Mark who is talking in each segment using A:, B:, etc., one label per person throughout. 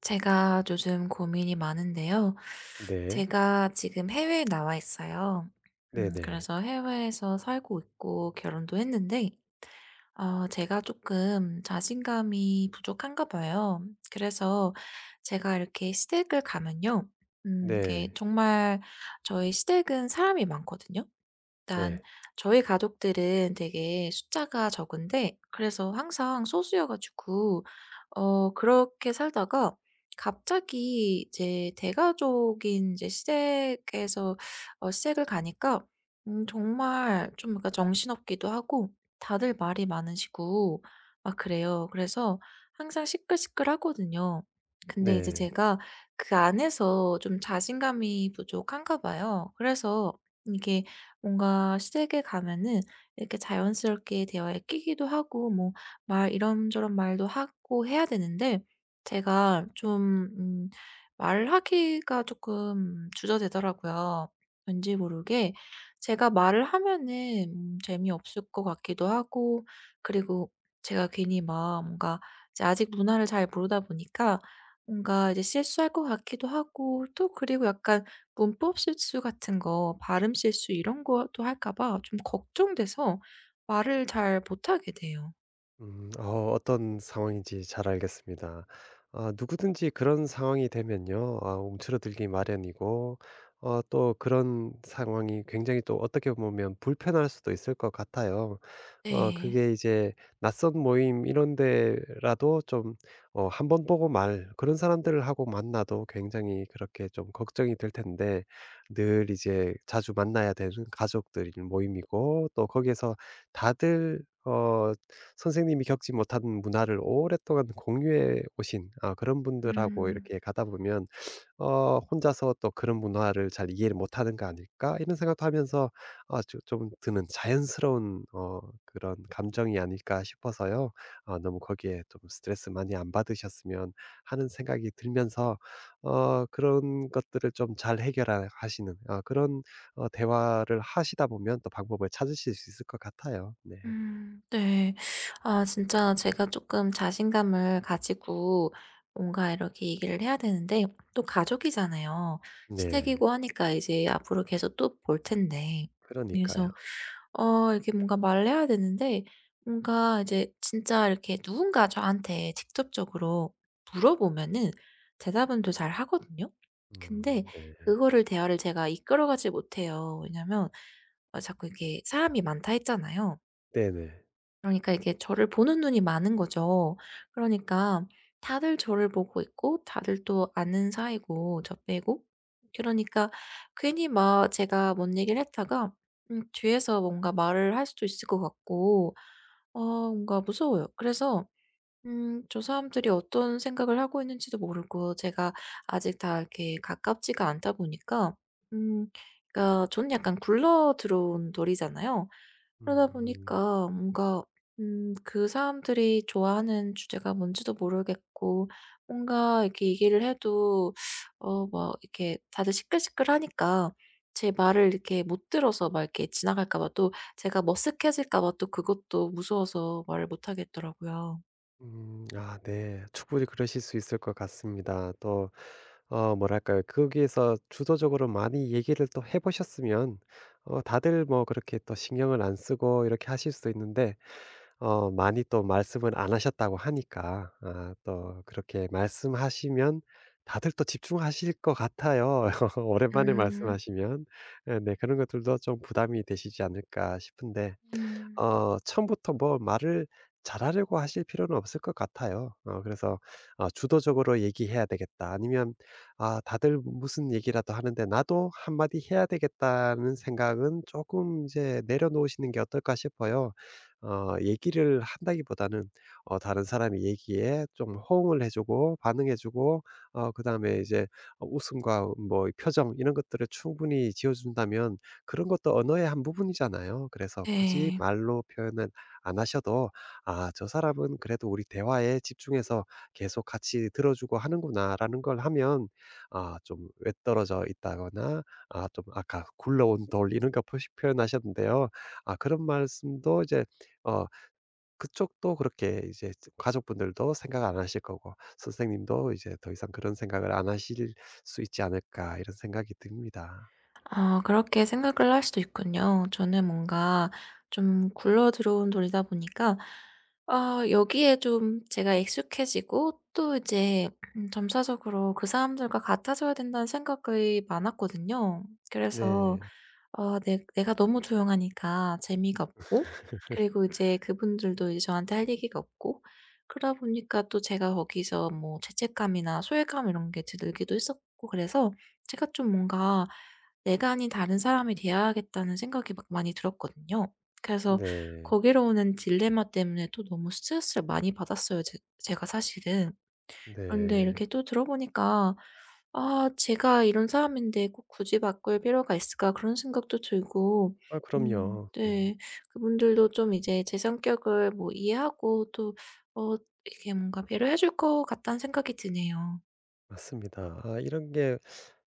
A: 제가 요즘 고민이 많은데요.
B: 네.
A: 제가 지금 해외에 나와 있어요.
B: 네네.
A: 그래서 해외에서 살고 있고 결혼도 했는데, 제가 조금 자신감이 부족한가 봐요. 그래서 제가 이렇게 시댁을 가면요, 이게
B: 네.
A: 정말, 저희 시댁은 사람이 많거든요. 일단
B: 네.
A: 저희 가족들은 되게 숫자가 적은데, 그래서 항상 소수여 가지고 그렇게 살다가 갑자기 이제 대가족인 이제 시댁에서, 시댁을 가니까 정말 좀 뭔가 정신없기도 하고, 다들 말이 많으시고 막 그래요. 그래서 항상 시끌시끌하거든요. 근데 이제
B: 네.
A: 제가 그 안에서 좀 자신감이 부족한가 봐요. 그래서 이게, 뭔가 시댁에 가면은 이렇게 자연스럽게 대화에 끼기도 하고, 뭐 말 이런저런 말도 하고 해야 되는데, 제가 좀 말하기가 조금 주저되더라고요. 왠지 모르게 제가 말을 하면은 재미없을 것 같기도 하고, 그리고 제가 괜히 막 뭔가, 이제 아직 문화를 잘 모르다 보니까 뭔가 이제 실수할 것 같기도 하고, 또 그리고 약간 문법 실수 같은 거, 발음 실수 이런 것도 할까 봐 좀 걱정돼서 말을 잘 못하게 돼요.
B: 음. 어떤 상황인지 잘 알겠습니다. 누구든지 그런 상황이 되면요. 움츠러들기 마련이고 또 그런 상황이 굉장히 또 어떻게 보면 불편할 수도 있을 것 같아요.
A: 네.
B: 그게 이제 낯선 모임 이런 데라도 좀 한 번 보고 말 그런 사람들하고 만나도 굉장히 그렇게 좀 걱정이 될 텐데 늘 이제 자주 만나야 되는 가족들 모임이고 또 거기에서 다들 선생님이 겪지 못한 문화를 오랫동안 공유해 오신 그런 분들하고
A: 음.
B: 이렇게 가다 보면 '혼자서 또 그런 문화를 잘 이해를 못하는 거 아닐까?' 이런 생각도 하면서 아 좀 드는 자연스러운 그런 감정이 아닐까 싶어서요. 너무 거기에 좀 스트레스 많이 안 받으셨으면 하는 생각이 들면서 그런 것들을 좀 잘 해결하 하시는 그런 대화를 하시다 보면 또 방법을 찾으실 수 있을 것 같아요. 네.
A: 네. 아 진짜 제가 조금 자신감을 가지고 뭔가 이렇게 얘기를 해야 되는데, 또 가족이잖아요.
B: 네.
A: 시댁이고 하니까 이제 앞으로 계속 또 볼 텐데,
B: 그러니까요.
A: 그래서 이렇게 뭔가 말을 해야 되는데, 뭔가 이제 진짜 이렇게 누군가 저한테 직접적으로 물어보면은 대답은 또 잘하거든요. 근데
B: 네.
A: 그거를, 대화를 제가 이끌어 가지 못해요. 왜냐면 자꾸 이렇게 사람이 많다 했잖아요.
B: 네네.
A: 그러니까 이게 저를 보는 눈이 많은 거죠. 그러니까 다들 저를 보고 있고, 다들 또 아는 사이고, 저 빼고. 그러니까 괜히 막 제가 뭔 얘기를 했다가 뒤에서 뭔가 말을 할 수도 있을 것 같고, 어 뭔가 무서워요. 그래서 저 사람들이 어떤 생각을 하고 있는지도 모르고, 제가 아직 다 이렇게 가깝지가 않다 보니까, 음 그러니까 저는 약간 굴러 들어온 돌이잖아요. 그러다
B: 음.
A: 보니까 뭔가 그 사람들이 좋아하는 주제가 뭔지도 모르겠고, 뭔가 이렇게 얘기를 해도 막 이렇게 다들 시끌시끌하니까 제 말을 이렇게 못 들어서 막 이렇게 지나갈까 봐, 또 제가 머쓱해질까 봐, 또 그것도 무서워서 말을 못 하겠더라고요.
B: 아 네. 충분히 그러실 수 있을 것 같습니다. 또 뭐랄까요. 거기에서 주도적으로 많이 얘기를 또 해 보셨으면 다들 뭐 그렇게 또 신경을 안 쓰고 이렇게 하실 수도 있는데 많이 또 말씀을 안 하셨다고 하니까 또 그렇게 말씀하시면 다들 또 집중하실 것 같아요. 오랜만에
A: 음.
B: 말씀하시면. 예 네. 그런 것들도 좀 부담이 되시지 않을까 싶은데
A: 음,
B: 처음부터 뭐 말을 잘하려고 하실 필요는 없을 것 같아요. 그래서 '주도적으로 얘기해야 되겠다.' 아니면 '아 다들 무슨 얘기라도 하는데 나도 한 마디 해야 되겠다.'는 생각은 조금 이제 내려놓으시는 게 어떨까 싶어요. 얘기를 한다기보다는 다른 사람이 얘기에 좀 호응을 해 주고 반응해 주고 그다음에 이제 웃음과 뭐 표정 이런 것들을 충분히 지어 준다면 그런 것도 언어의 한 부분이잖아요. 그래서 굳이
A: 네.
B: 말로 표현은 안 하셔도 '아 저 사람은 그래도 우리 대화에 집중해서 계속 같이 들어주고 하는구나.'라는 걸 하면 좀 외떨어져 있다거나 좀 아까 굴러온 돌 이런 거 표시 표현하셨는데요. 그런 말씀도 이제 어 그쪽도 그렇게 이제 가족분들도 생각 안 하실 거고 선생님도 이제 더 이상 그런 생각을 안 하실 수 있지 않을까 이런 생각이 듭니다.
A: 아 그렇게 생각을 할 수도 있군요. 저는 뭔가 좀 굴러 들어온 돌이다 보니까 아, 여기에 좀 제가 익숙해지고 또 이제 점차적으로 그 사람들과 같아져야 된다는 생각이 많았거든요. 그래서
B: 네.
A: 내 내가 너무 조용하니까 재미가 없고, 그리고 이제 그분들도 이제 저한테 할 얘기가 없고, 그러다 보니까 또 제가 거기서 뭐 죄책감이나 소외감 이런 게 들기도 했었고, 그래서 제가 좀 뭔가 '내가 아닌 다른 사람이 돼야겠다.'는 생각이 막 많이 들었거든요. 그래서
B: 네.
A: 거기로 오는 딜레마 때문에 또 너무 스트레스를 많이 받았어요, 제 제가 사실은. 그런데
B: 네.
A: 이렇게 또 들어 보니까 '아, 제가 이런 사람인데 꼭 굳이 바꿀 필요가 있을까?' 그런 생각도 들고
B: 아 그럼요. 네.
A: 네. 그분들도 좀 이제 제 성격을 뭐 이해하고 또 어 이렇게 뭔가 배려해 줄 것 같다는 생각이 드네요.
B: 맞습니다. 이런 게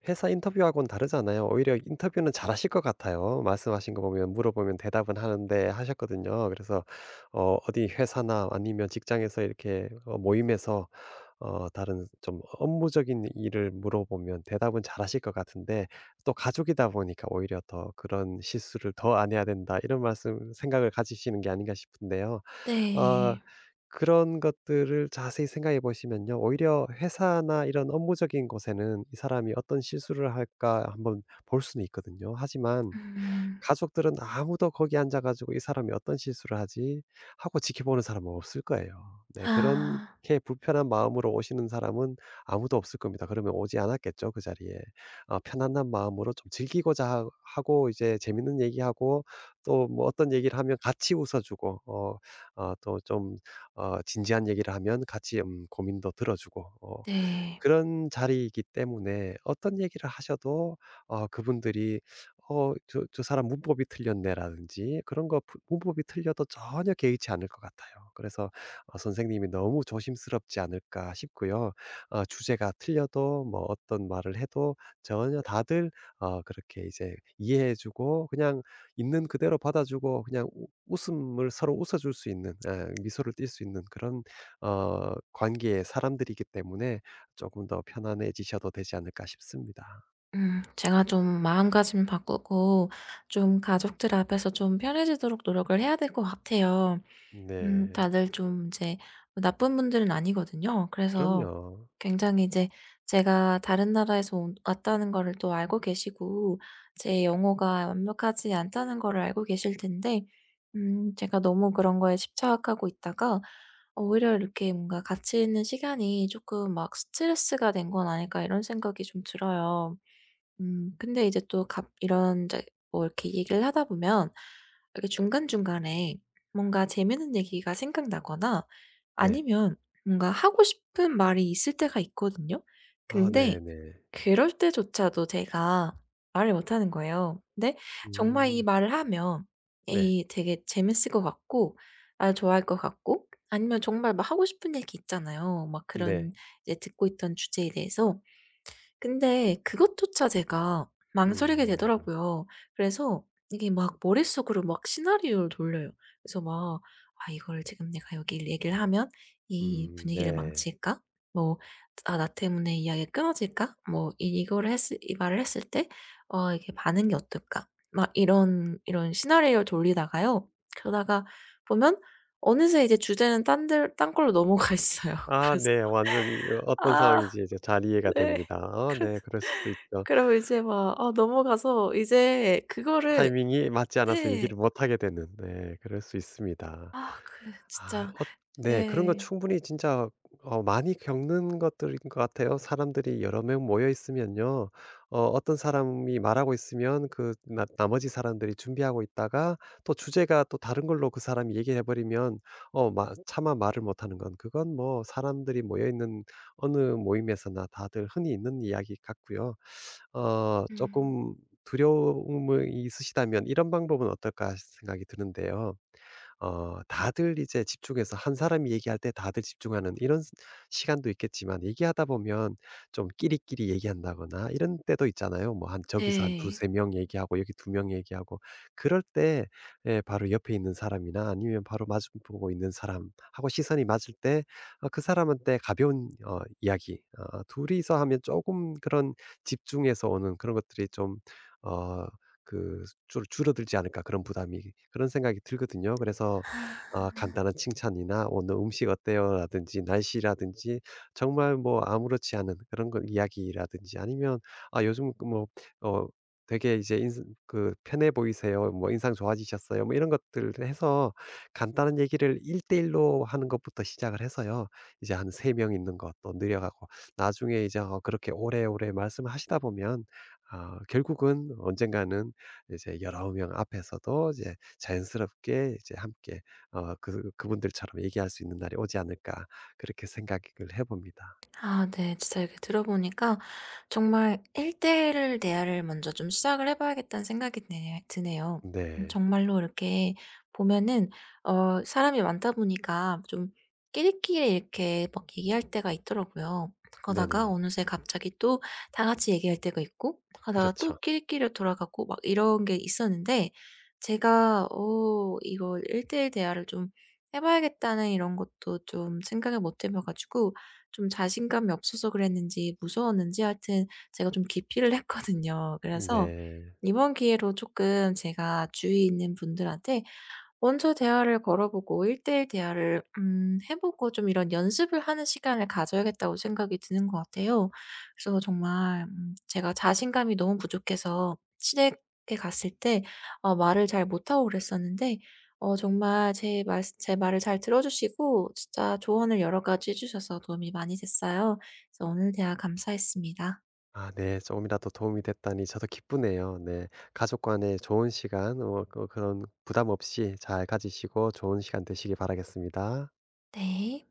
B: 회사 인터뷰하고는 다르잖아요. 오히려 인터뷰는 잘하실 것 같아요. 말씀하신 거 보면 물어보면 대답은 하는데 하셨거든요. 그래서 어디 회사나 아니면 직장에서 이렇게 모임에서 다른 좀 업무적인 일을 물어보면 대답은 잘하실 것 같은데 또 가족이다 보니까 오히려 더 '그런 실수를 더 안 해야 된다.' 이런 말씀 생각을 가지시는 게 아닌가 싶은데요. 어
A: 네.
B: 그런 것들을 자세히 생각해 보시면요. 오히려 회사나 이런 업무적인 곳에는 '이 사람이 어떤 실수를 할까.' 한번 볼 수는 있거든요. 하지만
A: 음.
B: 가족들은 아무도 거기 앉아 가지고 '이 사람이 어떤 실수를 하지?' 하고 지켜보는 사람은 없을 거예요. 네
A: 아
B: 그렇게 불편한 마음으로 오시는 사람은 아무도 없을 겁니다. 그러면 오지 않았겠죠 그 자리에. 편안한 마음으로 좀 즐기고자 하 하고 이제 재밌는 얘기하고 또 뭐 어떤 얘기를 하면 같이 웃어 주고 또 좀 진지한 얘기를 하면 같이 고민도 들어 주고
A: 네.
B: 그런 자리이기 때문에 어떤 얘기를 하셔도 그분들이 저 사람 문법이 틀렸네."라든지 그런 거 부 문법이 틀려도 전혀 개의치 않을 것 같아요. 그래서 '선생님이 너무 조심스럽지 않을까.' 싶고요. 주제가 틀려도 뭐 어떤 말을 해도 전혀 다들 그렇게 이제 이해해 주고 그냥 있는 그대로 받아 주고 그냥 웃 웃음을 서로 웃어 줄 수 있는 예 미소를 띌 수 있는 그런 관계의 사람들이기 때문에 조금 더 편안해지셔도 되지 않을까 싶습니다.
A: 제가 좀 마음가짐 바꾸고, 좀 가족들 앞에서 좀 편해지도록 노력을 해야 될 것 같아요.
B: 네.
A: 다들 좀 이제 나쁜 분들은 아니거든요. 그래서
B: 그럼요.
A: 굉장히 이제, 제가 다른 나라에서 온 왔다는 거를 또 알고 계시고, 제 영어가 완벽하지 않다는 거를 알고 계실 텐데, 제가 너무 그런 거에 집착하고 있다가 오히려 이렇게 뭔가 같이 있는 시간이 조금 막 '스트레스가 된 건 아닐까.' 이런 생각이 좀 들어요. 근데 이제 또 갑 이런 이제, 뭐 이렇게 얘기를 하다 보면 이렇게 중간중간에 뭔가 재밌는 얘기가 생각나거나,
B: 네.
A: 아니면 뭔가 하고 싶은 말이 있을 때가 있거든요.
B: 아
A: 근데
B: 네네.
A: 그럴 때조차도 제가 말을 못 하는 거예요. 근데 정말 이
B: 음.
A: 말을 하면
B: 네.
A: 이 되게 재밌을 것 같고, 날 좋아할 것 같고, 아니면 정말 막 하고 싶은 얘기 있잖아요. 막 그런,
B: 네.
A: 이제 듣고 있던 주제에 대해서. 근데 그것조차 제가 망설이게
B: 음.
A: 되더라고요. 그래서 이게 막 머릿속으로 막 시나리오를 돌려요. 그래서 막 '아, 이걸 지금 내가 여기 얘기를 하면 이 분위기를
B: 네.
A: 망칠까? 뭐 아, 나 때문에 이야기가 끊어질까? 뭐 이 말을 했을 때 이게 반응이 어떨까?' 막 이런 시나리오를 돌리다가요. 그러다가 보면 어느새 이제 주제는 딴 데, 딴 걸로 넘어가 있어요.
B: 아
A: 그래서
B: 네. 완전히 어떤
A: 아
B: 상황인지 이제 잘 이해가
A: 네.
B: 됩니다. 아 네. 그러실 수 있죠.
A: 그럼 이제 막 아 넘어가서 이제 그거를.
B: 타이밍이 맞지 않아서
A: 네.
B: 얘기를 못 하게 되는 네 그럴 수 있습니다.
A: 아 그
B: 아
A: 진짜.
B: 어, 네 그런 건
A: 예.
B: 충분히 진짜 많이 겪는 것들인 것 같아요. 사람들이 여러 명 모여 있으면요. 어떤 사람이 말하고 있으면 그 나 나머지 사람들이 준비하고 있다가 또 주제가 또 다른 걸로 그 사람이 얘기해 버리면 마 차마 말을 못 하는 건 그건 뭐 사람들이 모여 있는 어느 모임에서나 다들 흔히 있는 이야기 같고요.
A: 음
B: 조금 두려움이 있으시다면 이런 방법은 어떨까 생각이 드는데요. 다들 이제 집중해서 한 사람이 얘기할 때 다들 집중하는 이런 시간도 있겠지만 얘기하다 보면 좀 끼리끼리 얘기한다거나 이런 때도 있잖아요. 뭐 한 저기서 한
A: 네.
B: 두세 명 얘기하고 여기 2명 얘기하고 그럴 때 예, 바로 옆에 있는 사람이나 아니면 바로 마주 보고 있는 사람하고 시선이 맞을 때 그 사람한테 가벼운 이야기 둘이서 하면 조금 그런 집중해서 오는 그런 것들이 좀 어, 그 줄 줄어들지 않을까 그런 부담이 그런 생각이 들거든요. 그래서 간단한 칭찬이나 "오늘 음식 어때요?"라든지 날씨라든지 정말 뭐 아무렇지 않은 그런 거 이야기라든지 아니면 "아 요즘 그뭐 어 되게 이제 인상 그 편해 보이세요." 뭐 "인상 좋아지셨어요?" 뭐 이런 것들 해서 간단한 얘기를 1대1 로 하는 것부터 시작을 해서요. 이제 한 3명 있는 것 또 늘려가고 나중에 이제 그렇게 오래오래 말씀하시다 보면 아 결국은 언젠가는 이제 19명 앞에서도 이제 자연스럽게 이제 함께 그분들처럼 얘기할 수 있는 날이 오지 않을까 그렇게 생각을 해 봅니다.
A: 아 네. 진짜 이렇게 들어보니까 정말 1대1 대화를 먼저 좀 시작을 해 봐야겠다는 생각이 네 드네요.
B: 네.
A: 정말로 이렇게 보면은 사람이 많다 보니까 좀 끼리끼리 이렇게 막 얘기할 때가 있더라고요. 그러다가
B: 네네.
A: 어느새 갑자기 또 다 같이 얘기할 때가 있고, 러다가 또
B: 그렇죠.
A: 끼리끼리 돌아가고 막 이런 게 있었는데, 제가 이걸 1 대1 대화를 좀 해 봐야겠다는 이런 것도 좀 생각을 못 해봐 가지고, 좀 자신감이 없어서 그랬는지 무서웠는지 하여튼 제가 좀 기피를 했거든요. 그래서
B: 네.
A: 이번 기회로 조금 제가 주위에 있는 분들한테 먼저 대화를 걸어보고 1:1 대화를 해 보고, 좀 이런 연습을 하는 시간을 가져야겠다고 생각이 드는 것 같아요. 그래서 정말 제가 자신감이 너무 부족해서 시댁에 갔을 때 말을 잘 못하고 그랬었는데, 정말 제 말을 잘 들어 주시고, 진짜 조언을 여러 가지 해 주셔서 도움이 많이 됐어요. 그래서 오늘 대화 감사했습니다.
B: 아 네. 조금이라도 도움이 됐다니 저도 기쁘네요. 네. 가족 간의 좋은 시간 그런 부담 없이 잘 가지시고 좋은 시간 되시길 바라겠습니다.
A: 네.